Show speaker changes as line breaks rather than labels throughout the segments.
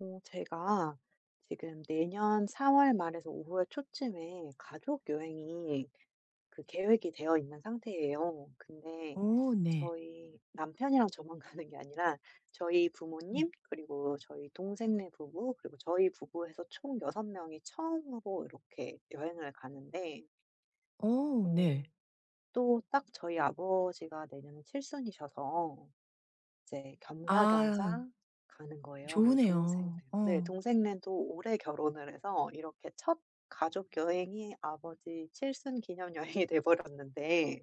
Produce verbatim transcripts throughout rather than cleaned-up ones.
어, 제가 지금 내년 사월 말에서 오월 초쯤에 가족 여행이 그 계획이 되어 있는 상태예요. 근데
어 네.
저희 남편이랑 저만 가는 게 아니라 저희
음.
부모님, 그리고 저희 동생네 부부, 그리고 저희 부부 해서 총 여섯 명이 처음으로 이렇게 여행을 가는데,
어
어,
네.
또딱 저희 아버지가 내년에 칠순이셔서 이제
아
겸사겸사 가는 거예요. 그리고 동생들
좋으네요.
네
어.
동생네도 올해 결혼을 해서 이렇게 첫 가족 여행이 아버지 칠순 기념 여행이 돼 버렸는데,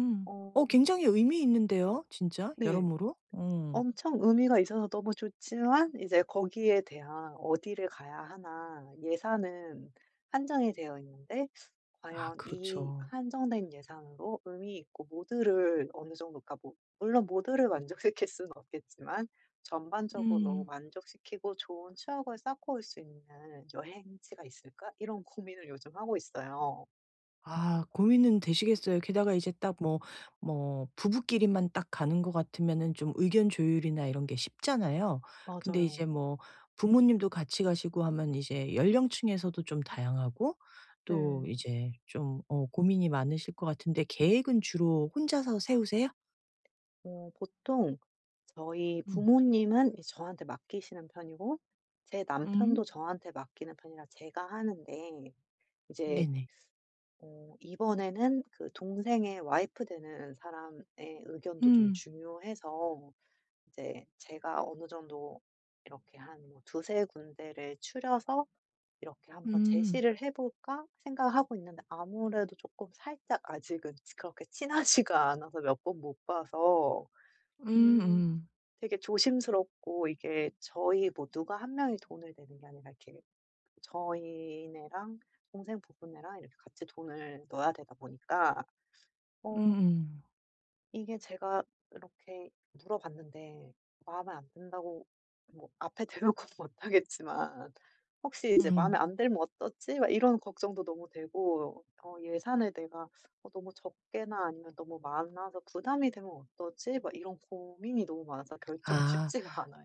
어
어,
굉장히 의미 있는데요 진짜
네.
여러모로. 어.
엄청 의미가 있어서 너무 좋지만 이제 거기에 대한 어디를 가야 하나, 예산은 한정이 되어 있는데
아
과연 이
그렇죠.
한정된 예산으로 의미 있고 모두를 어느 정도, 그러니까 뭐 물론 모두를 만족시킬 수는 없겠지만 전반적으로
음.
만족시키고 좋은 추억을 쌓고 올 수 있는 여행지가 있을까, 이런 고민을 요즘 하고 있어요.
아 고민은 되시겠어요. 게다가 이제 딱 뭐 뭐 부부끼리만 딱 가는 것 같으면은 좀 의견 조율이나 이런 게 쉽잖아요. 근데
맞아요.
이제 뭐 부모님도 같이 가시고 하면 이제 연령층에서도 좀 다양하고 또
네.
이제 좀 어 고민이 많으실 것 같은데 계획은 주로 혼자서 세우세요?
어 보통 저희
음.
부모님은 이 저한테 맡기시는 편이고, 제
음.
남편도 저한테 맡기는 편이라 제가 하는데 이제
네네.
어 이번에는 그 동생의 와이프 되는 사람의 의견도 좀
음.
중요해서, 이제 제가 어느 정도 이렇게 한 뭐두 군데를 추려서 이렇게 한번
음.
제시를 해 볼까 생각하고 있는데, 아무래도 조금 살짝 아직은 그렇게 친하지가 않아서, 몇 번 못 봐서, 음,
음음.
되게 조심스럽고, 이게 저희 뭐 누가 한 명이 돈을 내는 게 아니라 이렇게 저희네랑 동생 부부네랑 이렇게 같이 돈을 넣어야 되다 보니까. 어
음음. 음.
이게 제가 이렇게 물어봤는데 마음에 안 든다고 뭐 앞에 대놓고는 못하겠지만, 혹시 이제
음.
마음에
음.
안 들면 어쩌지, 막 이런 걱정도 너무 되고, 어, 예산을 내가 어, 너무 적게나 아니면 너무 많아서 부담이 되면 어쩌지, 막 이런 고민이 너무 많아서 결정이
아.
쉽지가 않아요.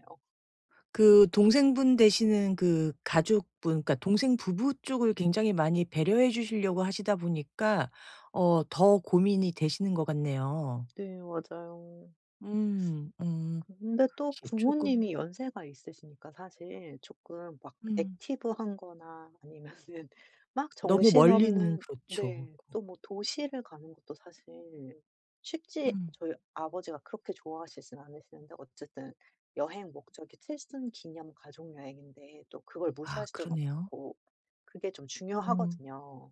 그 동생분 되시는 그 가족분, 그러니까 동생 부부 쪽을 굉장히 많이 배려해 주시려고 하시다 보니까 어 더 고민이 되시는 것 같네요.
네, 맞아요.
음. 음.
근데 또
이게 쪼끔
부모님이 연세가 있으시니까 사실 조금 막
음
액티브한 거나 아니면은 막
너무 멀리는
정신없는.
그렇죠.
네. 또 뭐 도시를 가는 것도 사실 쉽지,
음.
저희 아버지가 그렇게 좋아하시진 않으시는데 어쨌든 여행 목적이 칠순 기념 가족 여행인데 또 그걸 무시할
아
수는
그러네요.
없고. 그게 좀
음.
중요하거든요.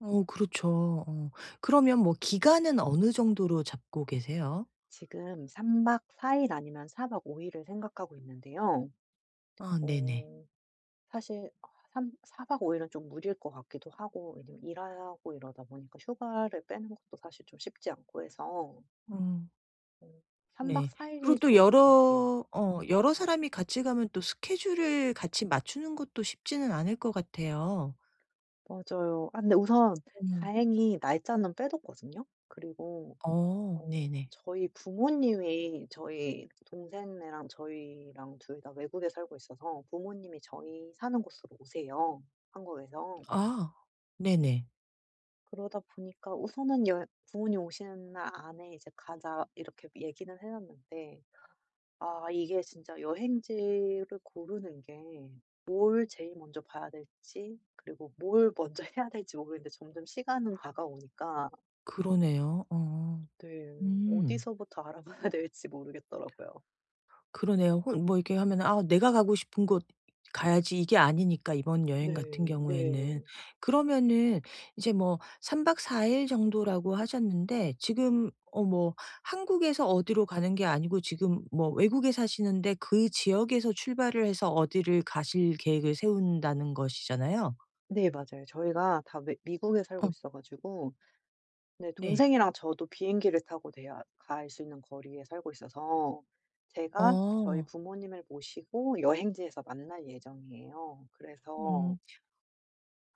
어 그렇죠. 어. 그러면 뭐 기간은 어느 정도로 잡고 계세요?
지금 삼 박 사 일 아니면 사 박 오 일을 생각하고 있는데요.
아 네네.
어 사실 아 삼사4박 오 일은 좀 무리일 것 같기도 하고, 왜냐면 일하고 이러다 보니까 휴가를 빼는 것도 사실 좀 쉽지 않고 해서
음.
음 삼 박
네.
사
그리고
일이
또
좋을 것 같아요.
여러 어 여러 사람이 같이 가면 또 스케줄을 같이 맞추는 것도 쉽지는 않을 것 같아요.
맞아요. 아 근데 우선
음.
다행히 날짜는 빼뒀거든요. 그리고
어
어
네네.
저희 부모님이, 저희 동생네랑 저희랑 둘 다 외국에 살고 있어서 부모님이 저희 사는 곳으로 오세요, 한국에서.
아 네네.
그러다 보니까 우선은 여 부모님 오시는 날 안에 이제 가자 이렇게 얘기는 해 놨는데, 아 이게 진짜 여행지를 고르는 게 뭘 제일 먼저 봐야 될지, 그리고 뭘 먼저 해야 될지 모르겠는데 점점 시간은 다가오니까.
그러네요. 어.
네.
음.
어디서부터 알아봐야 될지 모르겠더라고요.
그러네요. 혼 뭐 이렇게 하면 '아 내가 가고 싶은 곳 가야지.' 이게 아니니까 이번
네.
여행 같은 경우에는.
네.
그러면은 이제 뭐 삼 박 사 일 정도라고 하셨는데 지금 어 뭐 한국에서 어디로 가는 게 아니고 지금 뭐 외국에 사시는데 그 지역에서 출발을 해서 어디를 가실 계획을 세운다는 것이잖아요.
네, 맞아요. 저희가 다 미 미국에 살고
어.
있어 가지고. 네.
네.
동생이랑 저도 비행기를 타고 내야 갈 수 있는 거리에 살고 있어서 제가 저희
어.
부모님을 모시고 여행지에서 만날 예정이에요. 그래서
음.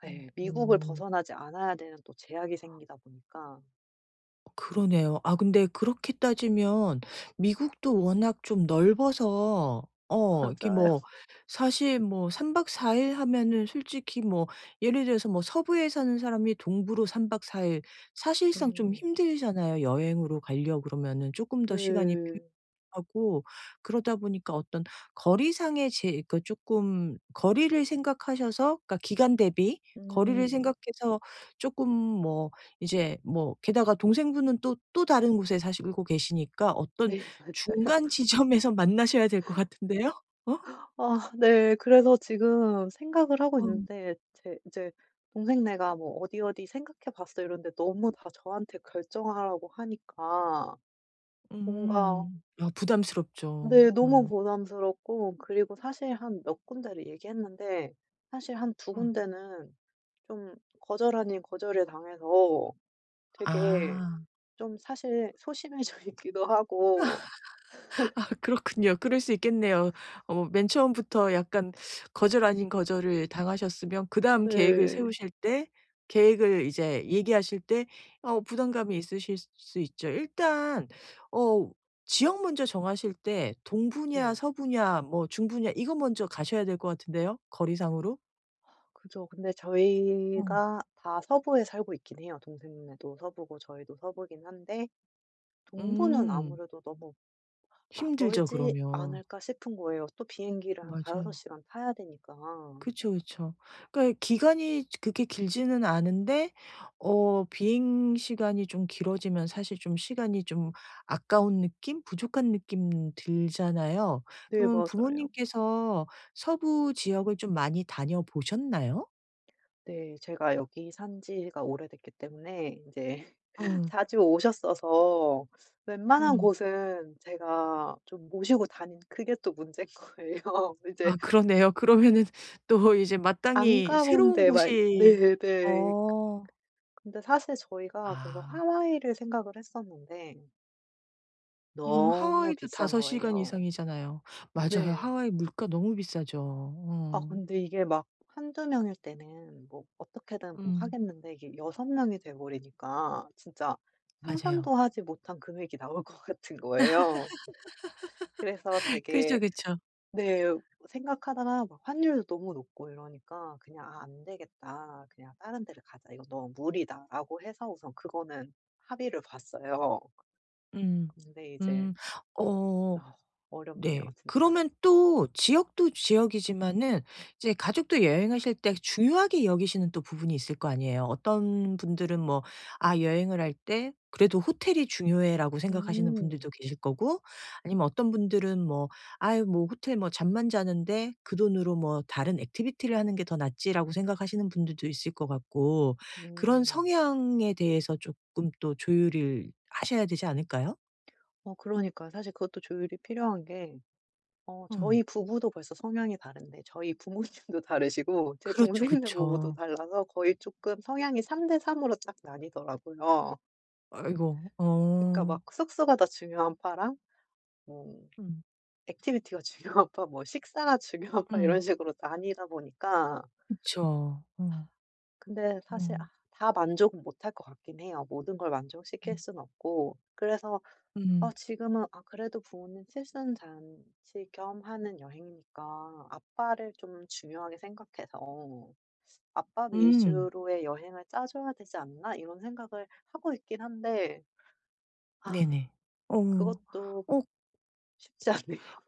네, 미국을
음.
벗어나지 않아야 되는 또 제약이 생기다 보니까.
그러네요. 아 근데 그렇게 따지면 미국도 워낙 좀 넓어서 어 이렇게
맞아요.
뭐 사실 뭐 삼 박 사 일 하면은 솔직히 뭐 예를 들어서 뭐 서부에 사는 사람이 동부로 삼 박 사 일 사실상 좀
음.
힘들잖아요. 여행으로 가려고 그러면은 조금 더 시간이
네.
필요하고, 그러다 보니까 어떤 거리상의 제 그 조금 거리를 생각하셔서, 그러니까 기간 대비 거리를
음.
생각해서 조금 뭐 이제 뭐 게다가 동생분은 또 또 다른 곳에 사시고 계시니까 어떤
네. 맞아요.
중간 지점에서 만나셔야 될 것 같은데요? 어?
아 네. 그래서 지금 생각을 하고
어. 음.
있는데, 제 이제 동생네가 뭐 "어디, 어디 생각해 봤어." 이런데 너무 다 저한테 결정하라고 하니까 뭔가.
음. 아 부담스럽죠.
네. 너무
어.
부담스럽고. 그리고 사실 한 몇 군데를 얘기했는데 사실 한 두
어.
군데는 좀 거절 아닌 거절을 당해서 되게
아.
좀 사실 소심해져 있기도 하고.
아 그렇군요. 그럴 수 있겠네요. 어 맨 처음부터 약간 거절 아닌 거절을 당하셨으면 그다음 계획을
네.
세우실 때, 계획을 이제 얘기하실 때 어 부담감이 있으실 수 있죠. 일단 어 지역 먼저 정하실 때 동부냐
네.
서부냐 뭐 중부냐 이거 먼저 가셔야 될 것 같은데요, 거리상으로?
그죠. 근데
어.
저희가 다 서부에 살고 있긴 해요. 동생네도 서부고 저희도 서부긴 한데, 동부는
음
아무래도 너무 '아,
힘들죠
멀지
그러면.
않을까?' 싶은 거예요. 또 비행기를 한 다섯
맞아요.
시간 타야 되니까.
그쵸, 그쵸. 그러니까 기간이 그렇게 길지는 않은데 어 비행 시간이 좀 길어지면 사실 좀 시간이 좀 아까운 느낌? 부족한 느낌 들잖아요.
네.
그러면
맞아요.
부모님께서 서부 지역을 좀 많이 다녀보셨나요?
네. 제가 여기 산 지가 오래됐기 때문에 이제
음.
자주 오셨어서 웬만한
음.
곳은 제가 좀 모시고 다닌, 그게 또 문제인 거예요. 이제
아 그러네요. 그러면은 또 이제
안
마땅히
가본
새로운
데 막.
곳이.
네네.
어.
근데 사실 저희가 그래서
아.
하와이를 생각을 했었는데
음
너무
하와이도
비싼
다섯 시간
거예요.
이상이잖아요. 맞아요.
네.
하와이 물가 너무 비싸죠.
아
어.
근데 이게 막 한두 명일 때는 뭐 어떻게든 뭐
음.
하겠는데 이게 여섯 명이 돼 버리니까 진짜 상상도
맞아요.
하지 못한 금액이 나올 것 같은 거예요. 그래서
그죠,
되게.
그쵸.
네. 생각하다가 막 환율도 너무 높고 이러니까 그냥 '아, 안 되겠다. 그냥 다른 데를 가자. 이거 너무 무리다.'라고 해서 우선 그거는 합의를 봤어요.
음.
근데 이제
음. 어
아 어렵네요
네.
진짜.
그러면 또 지역도 지역이지만은 이제 가족도 여행하실 때 중요하게 여기시는 또 부분이 있을 거 아니에요. 어떤 분들은 뭐 '아 여행을 할 때 그래도 호텔이 중요해.'라고 생각하시는
음.
분들도 계실 거고, 아니면 어떤 분들은 뭐 '아유 뭐 호텔 뭐 잠만 자는데 그 돈으로 뭐 다른 액티비티를 하는 게 더 낫지.'라고 생각하시는 분들도 있을 것 같고, 그런
음.
성향에 대해서 조금 또 조율을 하셔야 되지 않을까요?
어 그러니까 사실 그것도 조율이 필요한 게, 어
음.
저희 부부도 벌써 성향이 다른데, 저희 부모님도 다르시고 제
그렇죠,
동생네 부부도
그쵸.
달라서 거의 조금 성향이 삼 대 삼 으로 딱 나뉘더라고요.
아이고.
그러니까
어.
막 숙소가 더 중요한 파랑 뭐
음.
액티비티가 중요한 파, 뭐 식사가 중요한 파
음.
이런 식으로 나뉘다 보니까.
그쵸. 어.
근데 사실 아
어.
다 만족은 못할 것 같긴 해요. 모든 걸 만족시킬
음.
수는 없고. 그래서 어
음.
지금은 아 그래도 부모님 칠순잔치 겸 하는 여행이니까 아빠를 좀 중요하게 생각해서 '아빠
음.
위주로의 여행을 짜 줘야 되지 않나?' 이런 생각을 하고 있긴 한데 아
네네. 어.
그것도
어
쉽지 않네요.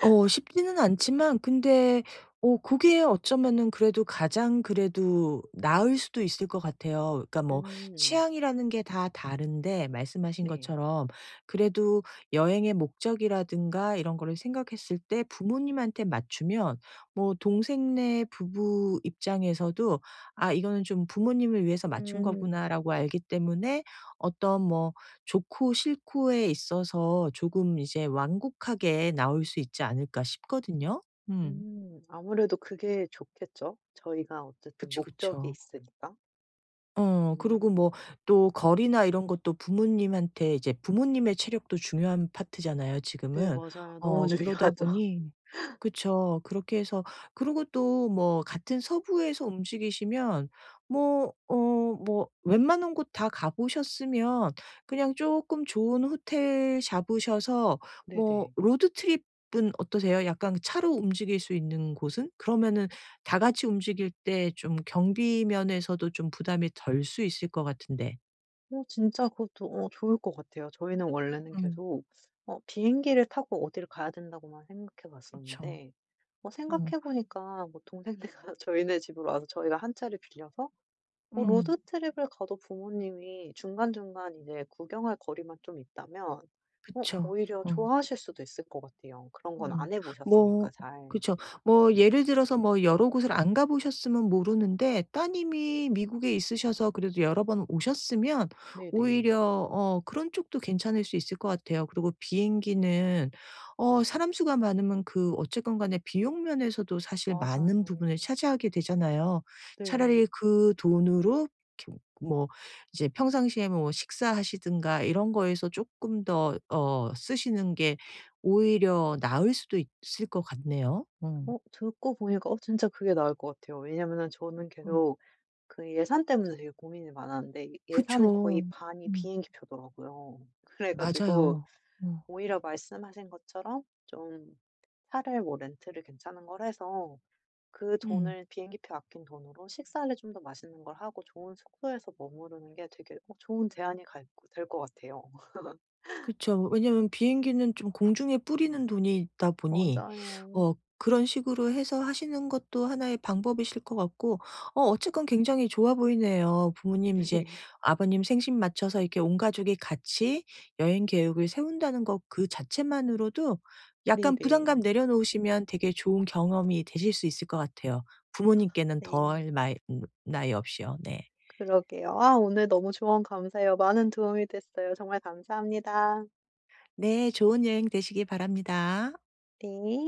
어 쉽지는 않지만 근데 어 그게 어쩌면은 그래도 가장 그래도 나을 수도 있을 것 같아요. 그러니까 뭐
음.
취향이라는 게 다 다른데 말씀하신
네.
것처럼 그래도 여행의 목적이라든가 이런 거를 생각했을 때 부모님한테 맞추면 뭐 동생네 부부 입장에서도 '아 이거는 좀 부모님을 위해서 맞춘
음.
거구나.'라고 알기 때문에 어떤 뭐 좋고 싫고에 있어서 조금 이제 완곡하게 나올 수 있지 않을까 싶거든요. 음.
음. 아무래도 그게 좋겠죠. 저희가 어쨌든
그쵸,
목적이
그쵸.
있으니까.
어 그리고
음.
뭐 또 거리나 이런 것도 부모님한테 이제 부모님의 체력도 중요한 파트잖아요
네,
지금은.
맞아요. 너무
어 그러다
중요하죠.
보니 그쵸. 그렇게 해서 그리고 또 뭐 같은 서부에서 움직이시면 뭐 어 뭐 웬만한 곳 다 가 보셨으면 그냥 조금 좋은 호텔 잡으셔서 뭐
네네.
로드트립은 어떠세요? 약간 차로 움직일 수 있는 곳은? 그러면은 다 같이 움직일 때 좀 경비 면에서도 좀 부담이 덜 수 있을 것 같은데.
어 진짜 그것도 어 좋을 것 같아요. 저희는 원래는
음.
계속 어 비행기를 타고 어디를 가야 된다고만 생각해
그쵸.
봤었는데, 어
어.
생각해 보니까 뭐 동생네가 저희네 집으로 와서 저희가 한 차를 빌려서 뭐
음.
로드 트립을 가도 부모님이 중간중간 이제 구경할 거리만 좀 있다면 어
그쵸.
오히려
어.
좋아하실 수도 있을 것 같아요. 그런 건
어.
안 해 보셨으니까
뭐
잘.
그쵸. 뭐 예를 들어서 뭐 여러 곳을 안 가 보셨으면 모르는데, 따님이 미국에 있으셔서 그래도 여러 번 오셨으면
네네.
오히려 어 그런 쪽도 괜찮을 수 있을 것 같아요. 그리고 비행기는 어 사람 수가 많으면 그 어쨌건 간에 비용 면에서도 사실 많은 부분을
맞아요.
차지하게 되잖아요.
네.
차라리 그 돈으로 이렇게 뭐 이제 평상시에 뭐 식사하시든가 이런 거에서 쪼끔 더 어 쓰시는 게 오히려 나을 수도 있을 것 같네요. 어.
어 듣고 보니까 어 진짜 그게 나을 것 같아요. 왜냐면은 저는
어.
계속 그 예산 때문에 되게 고민이 많았는데 이 예산의 거의
그쵸.
반이
음.
비행기표더라고요. 그래 가지고
맞아요. 어.
오히려 말씀하신 것처럼 좀 차를 뭐 렌트를 괜찮은 걸 해서 그
음.
돈을 비행기표 아낀 돈으로 식사를 좀 더 맛있는 걸 하고 좋은 숙소에서 머무르는 게 되게 어 좋은 대안이 될 것 같아요.
그쵸. 왜냐면 비행기는 좀 공중에 뿌리는 돈이 있다 보니
맞아요.
어 그런 식으로 해서 하시는 것도 하나의 방법이실 것 같고, 어 어쨌건 굉장히 좋아 보이네요. 부모님 이제 아버님 생신 맞춰서 이렇게 온 가족이 같이 여행 계획을 세운다는 것 그 자체만으로도 약간 부담감
네네.
내려놓으시면 되게 좋은 경험이 되실 수 있을 것 같아요. 부모님께는
네.
덜 마이 음 나이 없이요. 네.
그러게요. 아 오늘 너무 조언 감사해요. 많은 도움이 됐어요. 정말 감사합니다.
네. 좋은 여행 되시기 바랍니다.
네.